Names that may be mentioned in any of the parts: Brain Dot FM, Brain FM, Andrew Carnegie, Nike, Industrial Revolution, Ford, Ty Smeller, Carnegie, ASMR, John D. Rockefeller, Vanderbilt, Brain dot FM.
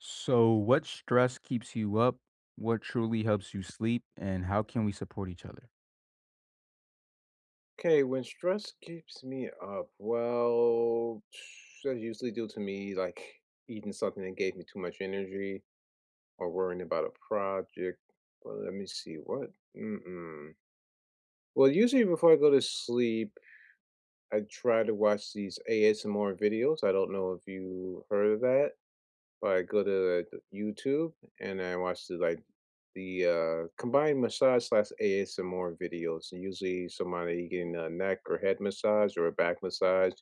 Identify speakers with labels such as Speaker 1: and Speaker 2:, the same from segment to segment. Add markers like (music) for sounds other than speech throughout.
Speaker 1: So, what stress keeps you up? What truly helps you sleep? And how can we support each other?
Speaker 2: Okay, when stress keeps me up, well, (sniffs) that's usually due to me like eating something that gave me too much energy or worrying about a project. Well, let me see what. Mm-mm. Well, usually before I go to sleep, I try to watch these ASMR videos. I don't know if you heard of that. Or I go to YouTube and I watch the combined massage slash ASMR videos. And usually somebody getting a neck or head massage or a back massage.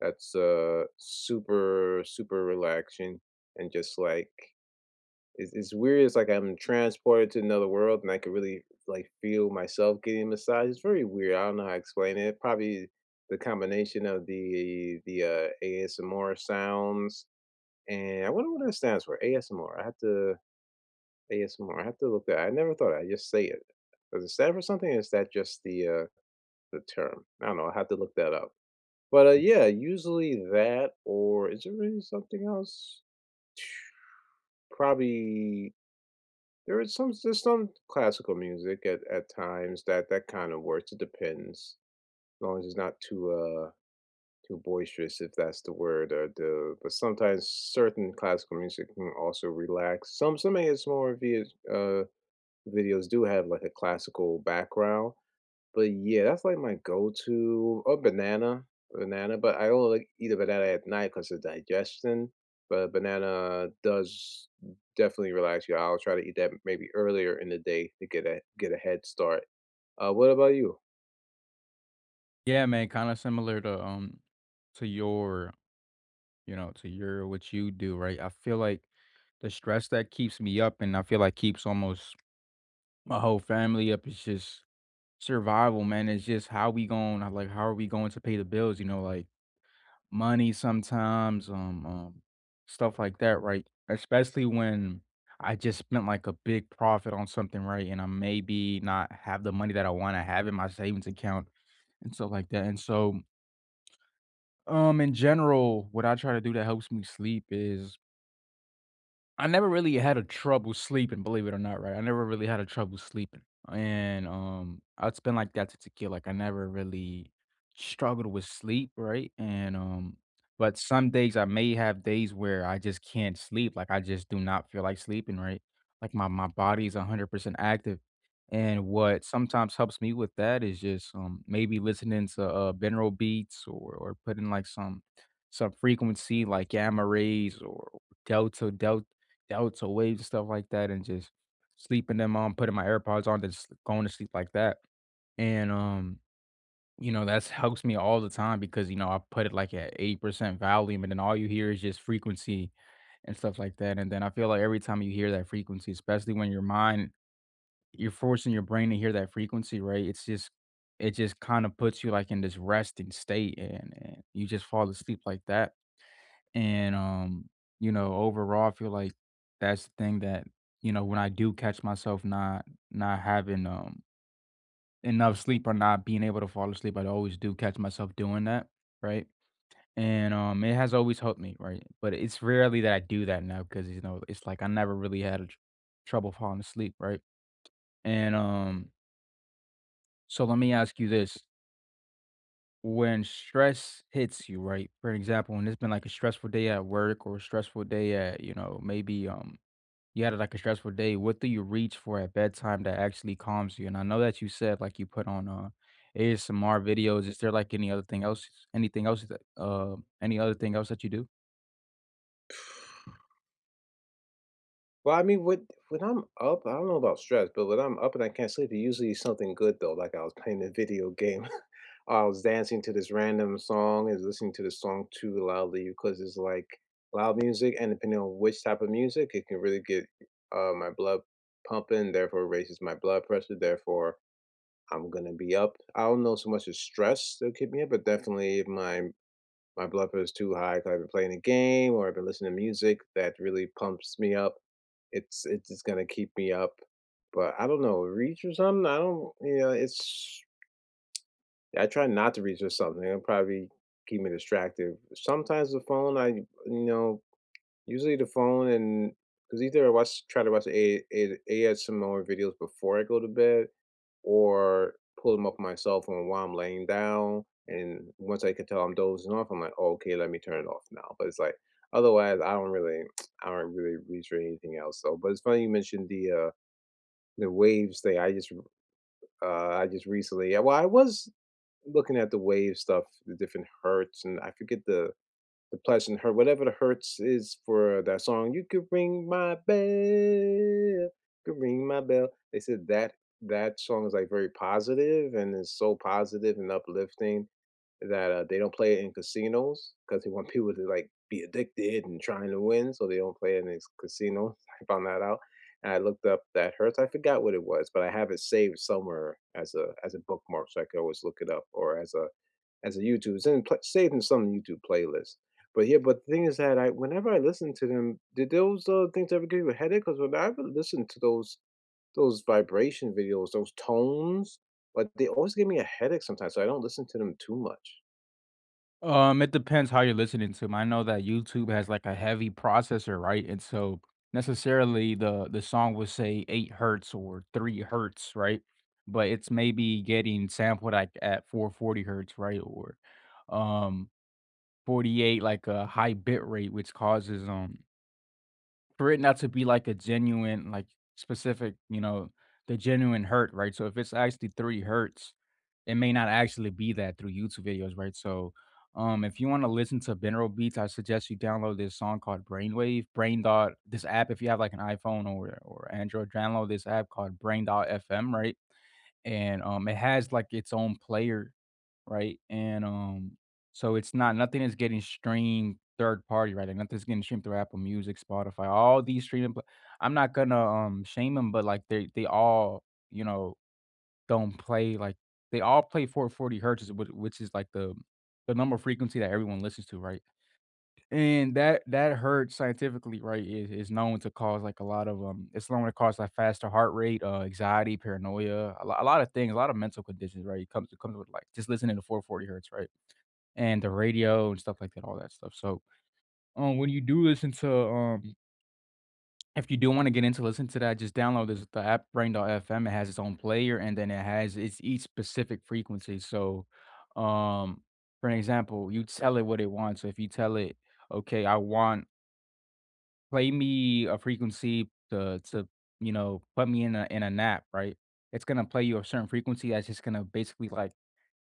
Speaker 2: That's super super relaxing and just like it's weird. It's like I'm transported to another world and I can really like feel myself getting massaged. It's very weird. I don't know how to explain it. Probably the combination of the ASMR sounds, and I wonder what that stands for. ASMR. I have to ASMR. I have to look that. I never thought I'd just say it. Does it stand for something? Or is that just the term? I don't know. I have to look that up. But yeah, usually that, or is there really something else? Probably there is some classical music at times that that kind of works. It depends. As long as it's not too too boisterous, if that's the word, or the but sometimes certain classical music can also relax. Some ASMR vid uh, videos do have like a classical background, but yeah, that's like my go-to, or banana. But I don't like eat a banana at night because of digestion. But banana does definitely relax you. I'll try to eat that maybe earlier in the day to get a head start. What about you?
Speaker 1: Yeah, man, kind of similar to your, you know, to your what you do, right? I feel like the stress that keeps me up and I feel like keeps almost my whole family up is just survival, man. It's just how we going to like how are we going to pay the bills, you know, like money sometimes, stuff like that, right? Especially when I just spent like a big profit on something, right? And I maybe not have the money that I wanna have in my savings account and stuff like that. And so, in general, what I try to do that helps me sleep is I never really had a trouble sleeping, believe it or not, right? I never really had a trouble sleeping. And it's been like that to tequila. Like I never really struggled with sleep, right? And but some days I may have days where I just can't sleep. Like I just do not feel like sleeping, right? Like my my body's 100% active. And what sometimes helps me with that is just maybe listening to binaural beats or putting like some frequency like gamma rays or delta out to waves and stuff like that and just sleeping them on, putting my AirPods on, just going to sleep like that. And you know, that's helps me all the time because you know, I put it like at 80% volume and then all you hear is just frequency and stuff like that. And then I feel like every time you hear that frequency, especially when your mind you're forcing your brain to hear that frequency, right? It's just it just kind of puts you like in this resting state and you just fall asleep like that. And, you know, overall, I feel like that's the thing that, you know, when I do catch myself not having, enough sleep or not being able to fall asleep, I always do catch myself doing that, right? And, it has always helped me, right? But it's rarely that I do that now because, you know, it's like I never really had a trouble falling asleep, right? And, so let me ask you this. When stress hits you, right? For example, when it's been like a stressful day at work or a stressful day at, you know, maybe you had, like, a stressful day, what do you reach for at bedtime that actually calms you? And I know that you said, like, you put on, ASMR videos. Is there, like, anything else that, any other thing else that you do?
Speaker 2: Well, I mean, when I'm up, I don't know about stress, but when I'm up and I can't sleep, it usually is something good though. Like I was playing a video game, (laughs) I was dancing to this random song, and listening to the song too loudly because it's like loud music, and depending on which type of music, it can really get my blood pumping, therefore raises my blood pressure, therefore I'm gonna be up. I don't know so much as stress that keep me up, but definitely my blood pressure is too high because 'cause I've been playing a game or I've been listening to music that really pumps me up. It's just gonna keep me up. But I don't know, reach or something? I don't you know, it's I try not to reach for something. It'll probably keep me distracted. Sometimes the phone I you know, Usually the phone, and because either I watch try to watch A a ASMR some more videos before I go to bed, or pull 'em up on my cell phone while I'm laying down, and once I can tell I'm dozing off, I'm like, "Oh, okay, let me turn it off now," but it's like, otherwise, I don't really (tsk) I don't really reach for anything else. So but it's funny you mentioned the waves thing. I just recently, yeah, well, I was looking at the wave stuff, the different hertz, and I forget the pleasant hurt, whatever the hurts is for that song, "You Could Ring My Bell, Could Ring My Bell." They said that that song is, like, very positive, and is so positive and uplifting that, they don't play it in casinos because they want (laughs) people to, like, be addicted and trying to win, so they don't play it in these casinos. (laughs) I found that out, and I looked up that hurts. I forgot what it was, but I have it saved somewhere as a bookmark so I could always look it up, or as a YouTube it's in pla saved in some YouTube playlist. But yeah, but the thing is that I whenever I listen to them, did those things ever give you a headache? Because when I ever listen to those vibration videos, those tones, but they always give me a headache sometimes, so I don't listen to them too much.
Speaker 1: It depends how you're listening to 'em. I know that YouTube has, like, a heavy processor, right? And so, necessarily, the song will say 8 hertz or 3 hertz, right? But it's maybe getting sampled, like, at 440 hertz, right? Or, um, 48, like, a high bit rate, which causes, for it not to be like a genuine, like specific, you know, the genuine hurt, right? So if it's actually three hurts, it may not actually be that through YouTube videos, right? So if you want to listen to binaural beats, I suggest you download this song called this app if you have like an iPhone or Android, download this app called Brain Dot FM, right? And it has like its own player, right? And, so it's not nothing is getting streamed third party, right? Like, nothing's getting streamed through Apple Music, Spotify, all these streaming pla I'm not gonna, shame them, but, like, they all, you know, don't play, like they all play 440 hertz, which is, like, the number frequency that everyone listens to, right? And that hertz scientifically, right, is known to cause, like, a lot of, it's known to cause, like, faster heart rate, anxiety, paranoia, a lot of things, a lot of mental conditions, right? It comes with, like, just listening to 440 hertz, right? And the radio and stuff like that, all that stuff. So, when you do listen to, if you do want to get into listen to that, just download this the app Brain FM. It has its own player, and then it has its each specific frequency. So, um, for an example, you tell it what it wants. So if you tell it, okay, I want play me a frequency to you know put me in a nap, right? It's gonna play you a certain frequency that's just gonna basically like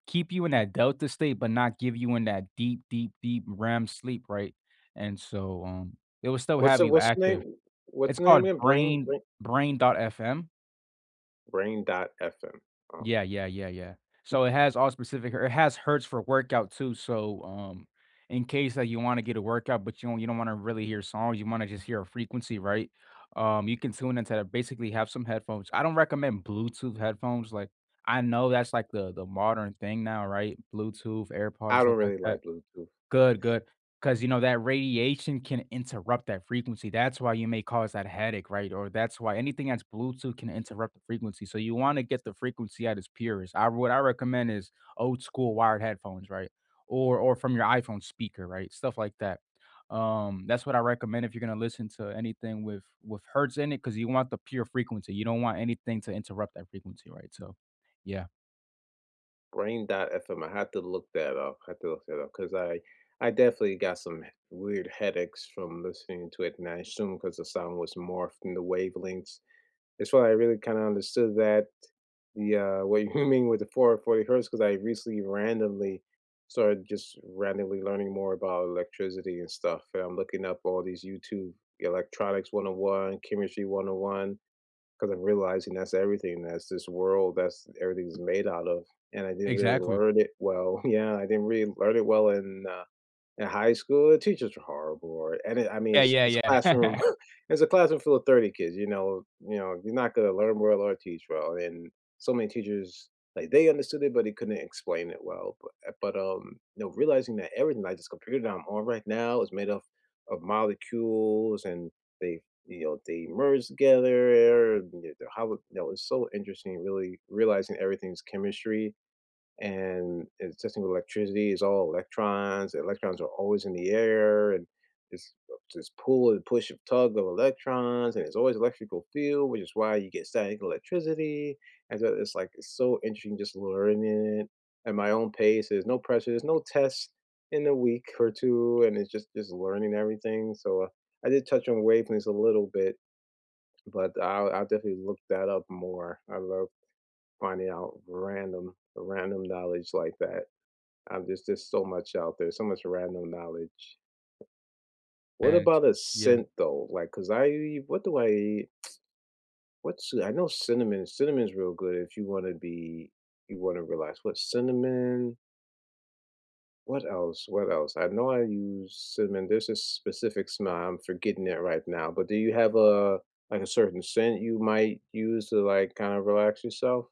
Speaker 1: keep you in that delta state, but not give you in that deep, deep, deep REM sleep, right? And so, it will still have you
Speaker 2: What's the
Speaker 1: active.
Speaker 2: name? What's
Speaker 1: It's
Speaker 2: the name
Speaker 1: called
Speaker 2: again?
Speaker 1: Brain Brain FM.
Speaker 2: Brain dot FM. Oh,
Speaker 1: Yeah, yeah, yeah, yeah. So it has all specific it has hertz for workout too, so, in case that you wanna get a workout, but you don't wanna really hear songs, you wanna just hear a frequency, right? You can tune into that, basically have some headphones. I don't recommend Bluetooth headphones, like, I know that's, like, the modern thing now, right? Bluetooth, AirPods,
Speaker 2: I
Speaker 1: stuff
Speaker 2: don't
Speaker 1: like
Speaker 2: really like
Speaker 1: that.
Speaker 2: Bluetooth.
Speaker 1: Good, good, because you know, that radiation can interrupt that frequency. That's why you may cause that headache, right? Or that's why anything that's Bluetooth can interrupt the frequency. So you wanna get the frequency at its purest. I what I recommend is old school wired headphones, right? Or from your iPhone speaker, right? Stuff like that. That's what I recommend if you're gonna listen to anything with hertz in it, because you want the pure frequency. You don't want anything to interrupt that frequency, right? So, yeah.
Speaker 2: Brain dot FM. I had to look that up because I definitely got some weird headaches from listening to it, and I assume because the sound was morphed in the wavelengths. That's why I really kinda understood that what you (laughs) mean with the 440 hertz. Because I recently randomly started just randomly learning more about electricity and stuff, and I'm looking up all these YouTube electronics 101, chemistry one oh one, because 'cause I'm realizing that's everything, that's this world, that's everything's made out of, and I didn't really
Speaker 1: Exactly.
Speaker 2: learn it well. (laughs) Yeah, I didn't really learn it well in high school. The teachers were horrible, or and it I mean,
Speaker 1: Yeah,
Speaker 2: it's
Speaker 1: yeah,
Speaker 2: it's a classroom
Speaker 1: yeah. (laughs)
Speaker 2: (laughs) it's a classroom full of 30 kids, you know, you're not gonna learn well or teach well, and so many teachers, like, they understood it, but they couldn't explain it well, but you know, realizing that everything, like, this computer that I'm on right now is made of molecules, and they they merge together, and the how you know, it's so interesting really realizing everything's chemistry, and it's testing with electricity. It's all electrons. The electrons are always in the air, and it's this pull and push and tug of electrons, and it's always electrical field, which is why you get static electricity. And so it's like it's so interesting just learning it at my own pace. There's no pressure. There's no tests in a week or two, and it's just learning everything. So I did touch on wavelengths a little bit, but I'll definitely look that up more. I love finding out random knowledge like that. There's just so much out there, so much random knowledge. What
Speaker 1: And
Speaker 2: about a
Speaker 1: yeah.
Speaker 2: scent though? Like, cause what do I eat? What's I know cinnamon. Cinnamon's real good if you want to be you want to realize what cinnamon. What else? What else? I know I use cinnamon. There's a specific smell. I'm forgetting it right now. But do you have a like a certain scent you might use to like kind of relax yourself?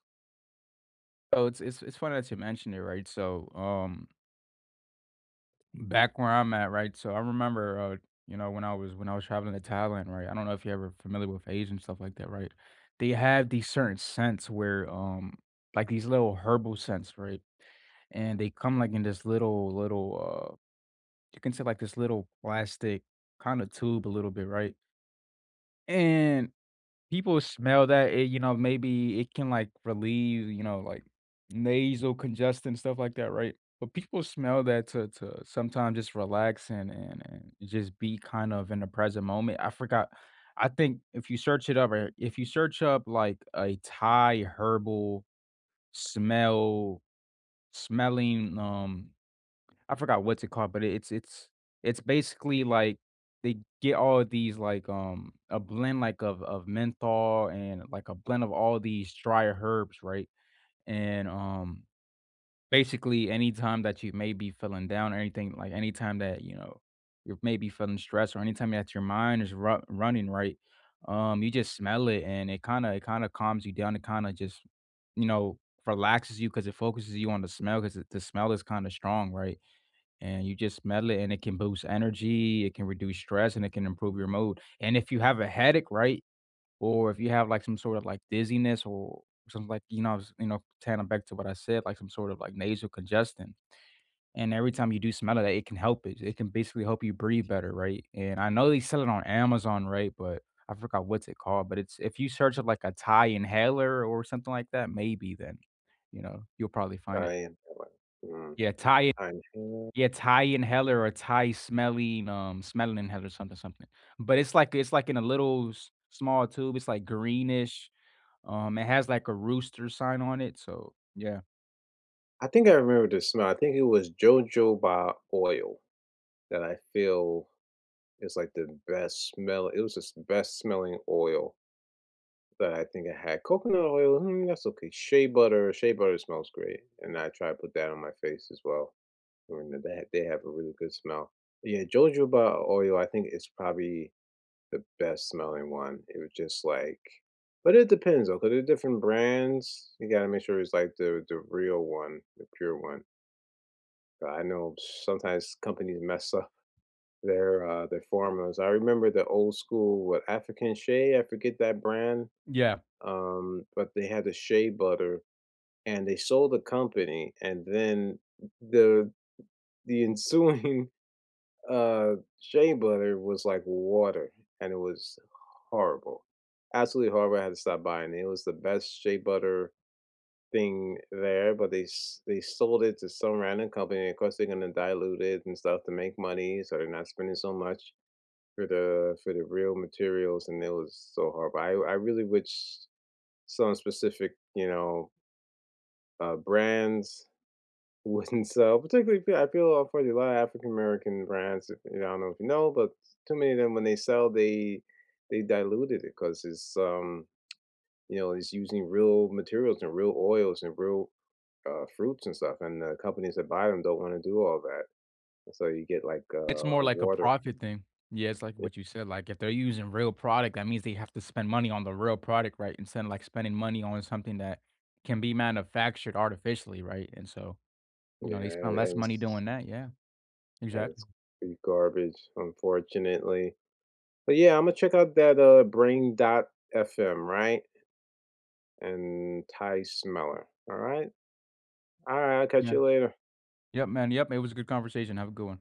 Speaker 1: So it's funny that you mentioned it, right? So, back where I'm at, right? So I remember, you know, when I was traveling to Thailand, right? I don't know if you're ever familiar with Asian and stuff like that, right? They have these certain scents where, like these little herbal scents, right? And they come like in this little, you can say like this little plastic kind of tube, a little bit, right? And people smell that, it you know, maybe it can, like, relieve, you know, like, nasal congestion, stuff like that, right? But people smell that to sometimes just relax and just be kind of in the present moment. I forgot I think if you search it up or if you search up, like, a Thai herbal smell smelling, I forgot what's it called, but it's basically like they get all of these like a blend like of menthol and like a blend of all these dry herbs, right? And basically anytime that you may be feeling down or anything, like anytime that you know you're maybe feeling stressed or anytime that your mind is running, right? You just smell it and it kind of calms you down. It kind of just you know relaxes you because it focuses you on the smell because the smell is kind of strong, right? And you just smell it and it can boost energy, it can reduce stress, and it can improve your mood. And if you have a headache, right, or if you have like some sort of like dizziness or something like you know, I was, you know, tanning back to what I said, like some sort of like nasal congestion. And every time you do smell it, it can help it. It can basically help you breathe better, right? And I know they sell it on Amazon, right? But I forgot what's it called. But it's if you search it like a Thai inhaler or something like that, maybe then you know you'll probably find
Speaker 2: I
Speaker 1: it.
Speaker 2: am. Mm,
Speaker 1: Yeah, Thai
Speaker 2: I inhale.
Speaker 1: yeah, Thai inhaler or Thai smelling, smelling inhaler, something, something. But it's like in a little small tube. It's like greenish. It has like a rooster sign on it. So yeah,
Speaker 2: I think I remember the smell. I think it was JoJoba oil. That I feel is like the best smell, it was just the best smelling oil that I think I had. Coconut oil, mm, that's okay. Shea butter smells great, and I try to put that on my face as well. I mean, they have a really good smell. Yeah, jojoba oil, I think it's probably the best smelling one. It was just like, but it depends though, because there's different brands. You gotta make sure it's like the real one, the pure one. But I know sometimes companies mess up their are they're I remember the old school, what, African Shea? I forget that brand,
Speaker 1: yeah,
Speaker 2: but they had the shea butter, and they sold the company, and then the the ensuing, (laughs) shea butter was like water, and it was horrible. Absolutely horrible, I had to stop buying it. It was the best shea butter thing there, but they sold it to some random company. Of course, they're gonna dilute it and stuff to make money, so they're not spending so much for the real materials, and it was so horrible. I really wish some specific, you know, brands (laughs) wouldn't sell. Particularly, I feel unfortunately a lot of African American brands. You know, I don't know if you know, but too many of them when they sell, they diluted it because it's you know it's using real materials and real oils and real fruits and stuff, and the companies that buy them don't want to do all that. So you get like
Speaker 1: it's
Speaker 2: a
Speaker 1: more like a
Speaker 2: water.
Speaker 1: profit thing. Yeah, it's like what you said. Like if they're using real product, that means they have to spend money on the real product, right? Instead of like spending money on something that can be manufactured artificially, right? And so you know they spend
Speaker 2: Yeah,
Speaker 1: less
Speaker 2: and
Speaker 1: money
Speaker 2: it's
Speaker 1: doing that. Yeah,
Speaker 2: yeah,
Speaker 1: exactly.
Speaker 2: it's pretty garbage, unfortunately. But yeah, I'm gonna check out that Brain dot FM, right? And Ty Smeller. All right. All right, I'll catch
Speaker 1: Yeah.
Speaker 2: you later.
Speaker 1: Yep, man. Yep. It was a good conversation. Have a good one.